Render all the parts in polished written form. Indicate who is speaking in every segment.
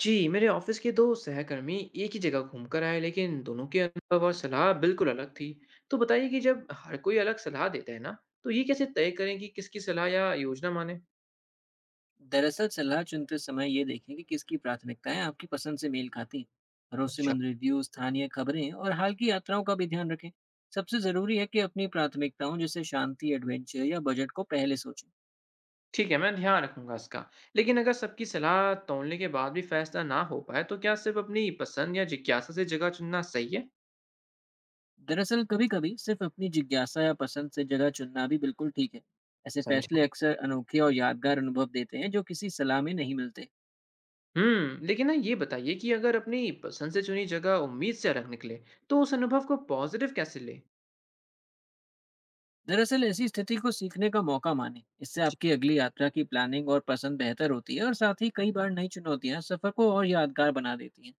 Speaker 1: जी, मेरे ऑफिस के दो सहकर्मी एक ही जगह घूमकर आए लेकिन दोनों के अनुभव और सलाह बिल्कुल अलग थी। तो बताइए कि जब हर कोई अलग सलाह देता है ना, तो ये कैसे तय करें कि किसकी सलाह या योजना माने?
Speaker 2: दरअसल सलाह चुनते समय ये देखें कि किसकी प्राथमिकताएं आपकी पसंद से मेल खाती हैं।
Speaker 1: अच्छा।
Speaker 2: भरोसेमंद रिव्यू, स्थानीय खबरें और हाल की यात्राओं का भी ध्यान रखें। सबसे ज़रूरी है कि अपनी प्राथमिकताओं जैसे शांति, एडवेंचर या बजट को पहले सोचें।
Speaker 1: ठीक है, मैं ध्यान रखूंगा इसका। लेकिन अगर सबकी सलाह तौलने के बाद भी फैसला ना हो पाए, तो क्या सिर्फ अपनी पसंद या जिज्ञासा से जगह चुनना सही है?
Speaker 2: दरअसल कभी कभी सिर्फ अपनी जिज्ञासा या पसंद से जगह चुनना भी बिल्कुल ठीक है। ऐसे
Speaker 1: समझा।
Speaker 2: फैसले अक्सर अनोखे और यादगार अनुभव देते हैं जो किसी सलाह में नहीं मिलते।
Speaker 1: लेकिन ना ये बताइए कि अगर अपनी पसंद से चुनी जगह उम्मीद से अलग निकले, तो उस अनुभव को पॉजिटिव कैसे ले?
Speaker 2: दरअसल ऐसी स्थिति को सीखने का मौका माने, इससे आपकी अगली यात्रा की प्लानिंग और पसंद बेहतर होती है और साथ ही कई बार नई चुनौतियां सफर को और यादगार बना देती हैं।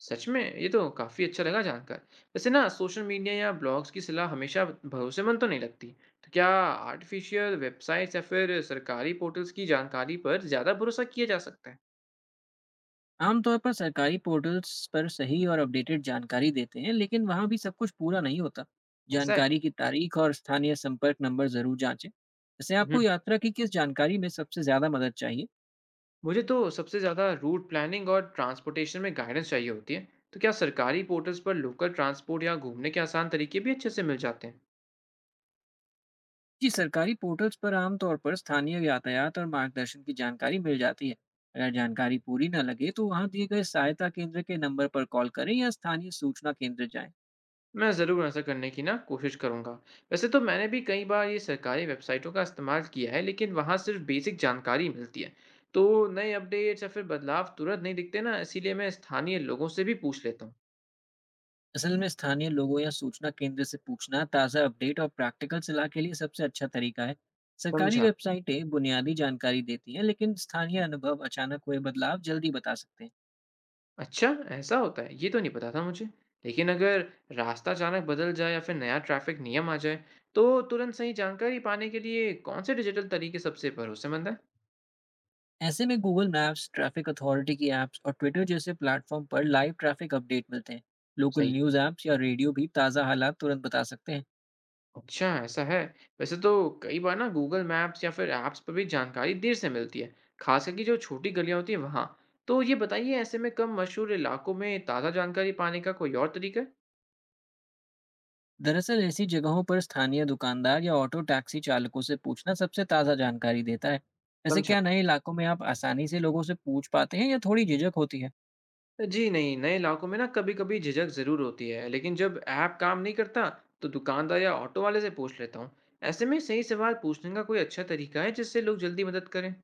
Speaker 1: सच में ये तो काफ़ी अच्छा लगा जानकर। वैसे ना सोशल मीडिया या ब्लॉग्स की सलाह हमेशा भरोसेमंद तो नहीं लगती। तो क्या आर्टिफिशियल वेबसाइट्स या फिर सरकारी पोर्टल्स की जानकारी पर ज़्यादा भरोसा किया जा सकता है?
Speaker 2: आमतौर पर सरकारी पोर्टल्स पर सही और अपडेटेड जानकारी देते हैं, लेकिन वहां भी सब कुछ पूरा नहीं होता।
Speaker 1: ऐसा है।
Speaker 2: जानकारी की तारीख और स्थानीय संपर्क नंबर जरूर जांचें। इससे
Speaker 1: हम्म।
Speaker 2: आपको यात्रा की किस जानकारी में सबसे ज्यादा मदद चाहिए?
Speaker 1: मुझे तो सबसे ज़्यादा रूट प्लानिंग और ट्रांसपोर्टेशन में गाइडेंस चाहिए होती है। तो क्या सरकारी पोर्टल्स पर लोकल ट्रांसपोर्ट या घूमने के आसान तरीके भी अच्छे से मिल जाते हैं?
Speaker 2: जी, सरकारी पोर्टल्स पर आमतौर पर स्थानीय यातायात और मार्गदर्शन की जानकारी मिल जाती है। अगर जानकारी पूरी न लगे तो वहाँ दिए गए सहायता केंद्र के नंबर पर कॉल करें या स्थानीय सूचना केंद्र जाएं।
Speaker 1: मैं ज़रूर ऐसा करने की ना कोशिश करूँगा। वैसे तो मैंने भी कई बार ये सरकारी वेबसाइटों का इस्तेमाल किया है, लेकिन वहाँ सिर्फ बेसिक जानकारी मिलती है। तो नए अपडेट्स या फिर बदलाव तुरंत नहीं दिखते ना, इसीलिए मैं स्थानीय लोगों से भी पूछ लेता हूँ।
Speaker 2: असल में स्थानीय लोगों या सूचना केंद्र से पूछना ताज़ा अपडेट और प्रैक्टिकल सलाह के लिए सबसे अच्छा तरीका है। सरकारी
Speaker 1: समझा।
Speaker 2: वेबसाइटें बुनियादी जानकारी देती हैं, लेकिन स्थानीय अनुभव अचानक हुए बदलाव जल्दी बता सकते हैं।
Speaker 1: अच्छा, ऐसा होता है, ये तो नहीं पता था मुझे। लेकिन अगर रास्ता अचानक बदल जाए या फिर नया ट्रैफिक नियम आ जाए, तो तुरंत सही जानकारी पाने के लिए कौन से डिजिटल तरीके सबसे भरोसेमंद है?
Speaker 2: ऐसे में गूगल मैप्स, ट्रैफिक अथॉरिटी की ऐप्स और ट्विटर जैसे प्लेटफॉर्म पर लाइव ट्रैफिक अपडेट मिलते हैं। लोकल
Speaker 1: सही।
Speaker 2: न्यूज़ ऐप्स या रेडियो भी ताज़ा हालात तुरंत बता सकते हैं।
Speaker 1: अच्छा, ऐसा है। वैसे तो कई बार ना गूगल मैप्स या फिर ऐप्स पर भी जानकारी देर से मिलती है, खास करके जो छोटी गलियाँ होती हैं वहाँ। तो ये बताइए ऐसे में कम मशहूर इलाकों में ताज़ा जानकारी पाने का कोई और तरीका है?
Speaker 2: दरअसल ऐसी जगहों पर स्थानीय दुकानदार या ऑटो टैक्सी चालकों से पूछना सबसे ताज़ा जानकारी देता है। वैसे
Speaker 1: समझा।
Speaker 2: क्या नए इलाकों में आप आसानी से लोगों से पूछ पाते हैं या थोड़ी झिझक होती है?
Speaker 1: जी नहीं, नए इलाकों में ना कभी-कभी झिझक ज़रूर होती है, लेकिन जब ऐप काम नहीं करता तो दुकानदार या ऑटो वाले से पूछ लेता हूँ। ऐसे में सही सवाल पूछने का कोई अच्छा तरीका है जिससे लोग जल्दी मदद करें?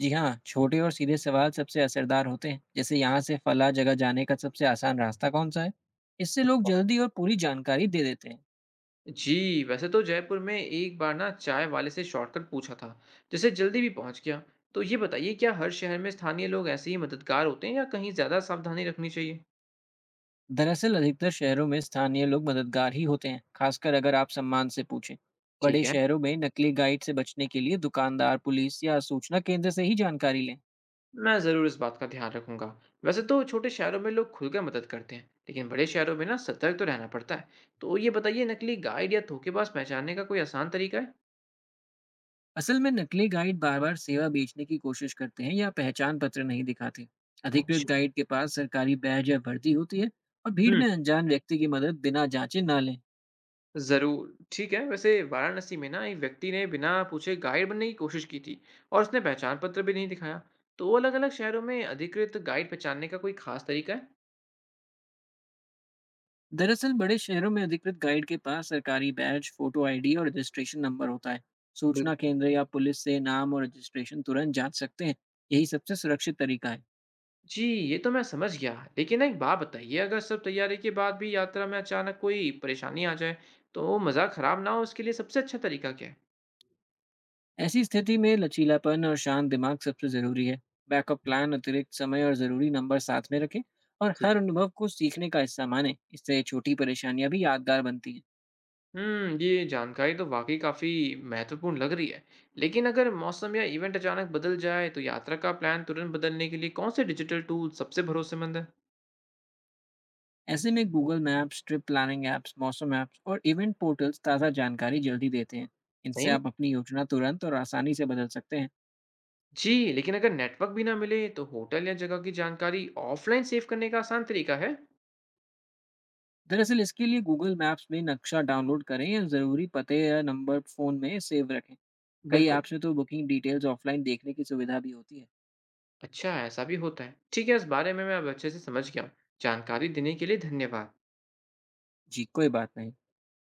Speaker 2: जी हाँ, छोटे और सीधे सवाल सबसे असरदार होते हैं, जैसे यहाँ से फला जगह जाने का सबसे आसान रास्ता कौन सा है। इससे लोग जल्दी और पूरी जानकारी दे देते हैं।
Speaker 1: जी, वैसे तो जयपुर में एक बार ना चाय वाले से शॉर्टकट पूछा था, जिससे जल्दी भी पहुंच गया। तो ये बताइए क्या हर शहर में स्थानीय लोग ऐसे ही मददगार होते हैं या कहीं ज़्यादा सावधानी रखनी चाहिए?
Speaker 2: दरअसल अधिकतर शहरों में स्थानीय लोग मददगार ही होते हैं, खासकर अगर आप सम्मान से पूछें।
Speaker 1: ठीक
Speaker 2: बड़े
Speaker 1: है।
Speaker 2: शहरों में नकली गाइड से बचने के लिए दुकानदार, पुलिस या सूचना केंद्र से ही जानकारी लें।
Speaker 1: मैं ज़रूर इस बात का ध्यान रखूंगा। वैसे तो छोटे शहरों में लोग खुलकर मदद करते हैं, लेकिन बड़े शहरों में ना सतर्क तो रहना पड़ता है। तो ये बताइए नकली गाइड या धोखेबाज पहचानने का कोई आसान तरीका है?
Speaker 2: असल में नकली गाइड बार बार सेवा बेचने की कोशिश करते हैं या पहचान पत्र नहीं दिखाते। अधिकृत
Speaker 1: अच्छा।
Speaker 2: गाइड के पास सरकारी बैज या वर्दी होती है। और भीड़
Speaker 1: हम्म।
Speaker 2: में अनजान व्यक्ति की मदद बिना जांचे ना लें।
Speaker 1: ज़रूर, ठीक है। वैसे वाराणसी में ना एक व्यक्ति ने बिना पूछे गाइड बनने की कोशिश की थी और उसने पहचान पत्र भी नहीं दिखाया। तो अलग-अलग शहरों में अधिकृत गाइड पहचानने का कोई खास तरीका है?
Speaker 2: दरअसल बड़े शहरों में अधिकृत गाइड के पास सरकारी बैज, फोटो आईडी और रजिस्ट्रेशन नंबर होता है। सूचना
Speaker 1: बिल्कुल।
Speaker 2: केंद्र या पुलिस से नाम और रजिस्ट्रेशन तुरंत जांच सकते हैं। यही सबसे सुरक्षित तरीका है।
Speaker 1: जी, ये तो मैं समझ गया। लेकिन ना एक बात बताइए, अगर सब तैयारी के बाद भी यात्रा में अचानक कोई परेशानी आ जाए, तो मज़ा खराब ना हो इसके लिए सबसे अच्छा तरीका क्या
Speaker 2: ऐसी स्थिति में लचीलापन और शांत दिमाग सबसे जरूरी है। बैकअप प्लान, अतिरिक्त समय और जरूरी नंबर साथ में रखें। और हर
Speaker 1: है?
Speaker 2: अनुभव को सीखने का हिस्सा माने। इससे छोटी परेशानियां भी यादगार बनती हैं।
Speaker 1: हम्म, ये जानकारी तो वाकई काफी महत्वपूर्ण लग रही है। लेकिन अगर मौसम या इवेंट अचानक बदल जाए तो यात्रा का प्लान तुरंत बदलने के लिए कौन से डिजिटल टूल सबसे भरोसेमंद है?
Speaker 2: ऐसे में Google maps, trip planning apps, मौसम ऐप्स और इवेंट पोर्टल्स ताज़ा जानकारी जल्दी देते हैं।
Speaker 1: सही
Speaker 2: इनसे
Speaker 1: में।
Speaker 2: आप अपनी योजना तुरंत और आसानी से बदल सकते हैं।
Speaker 1: जी, लेकिन अगर नेटवर्क भी ना मिले तो होटल या जगह की जानकारी ऑफलाइन सेव करने का आसान तरीका है?
Speaker 2: दरअसल इसके लिए गूगल मैप्स में नक्शा डाउनलोड करें या ज़रूरी पते या नंबर फ़ोन में सेव रखें। कई
Speaker 1: बिल्कुल।
Speaker 2: ऐप्स में तो बुकिंग डिटेल्स ऑफलाइन देखने की सुविधा भी होती है।
Speaker 1: अच्छा, ऐसा भी होता है। ठीक है, इस बारे में मैं अब अच्छे से समझ गया हूँ। जानकारी देने के लिए धन्यवाद।
Speaker 2: जी कोई बात नहीं।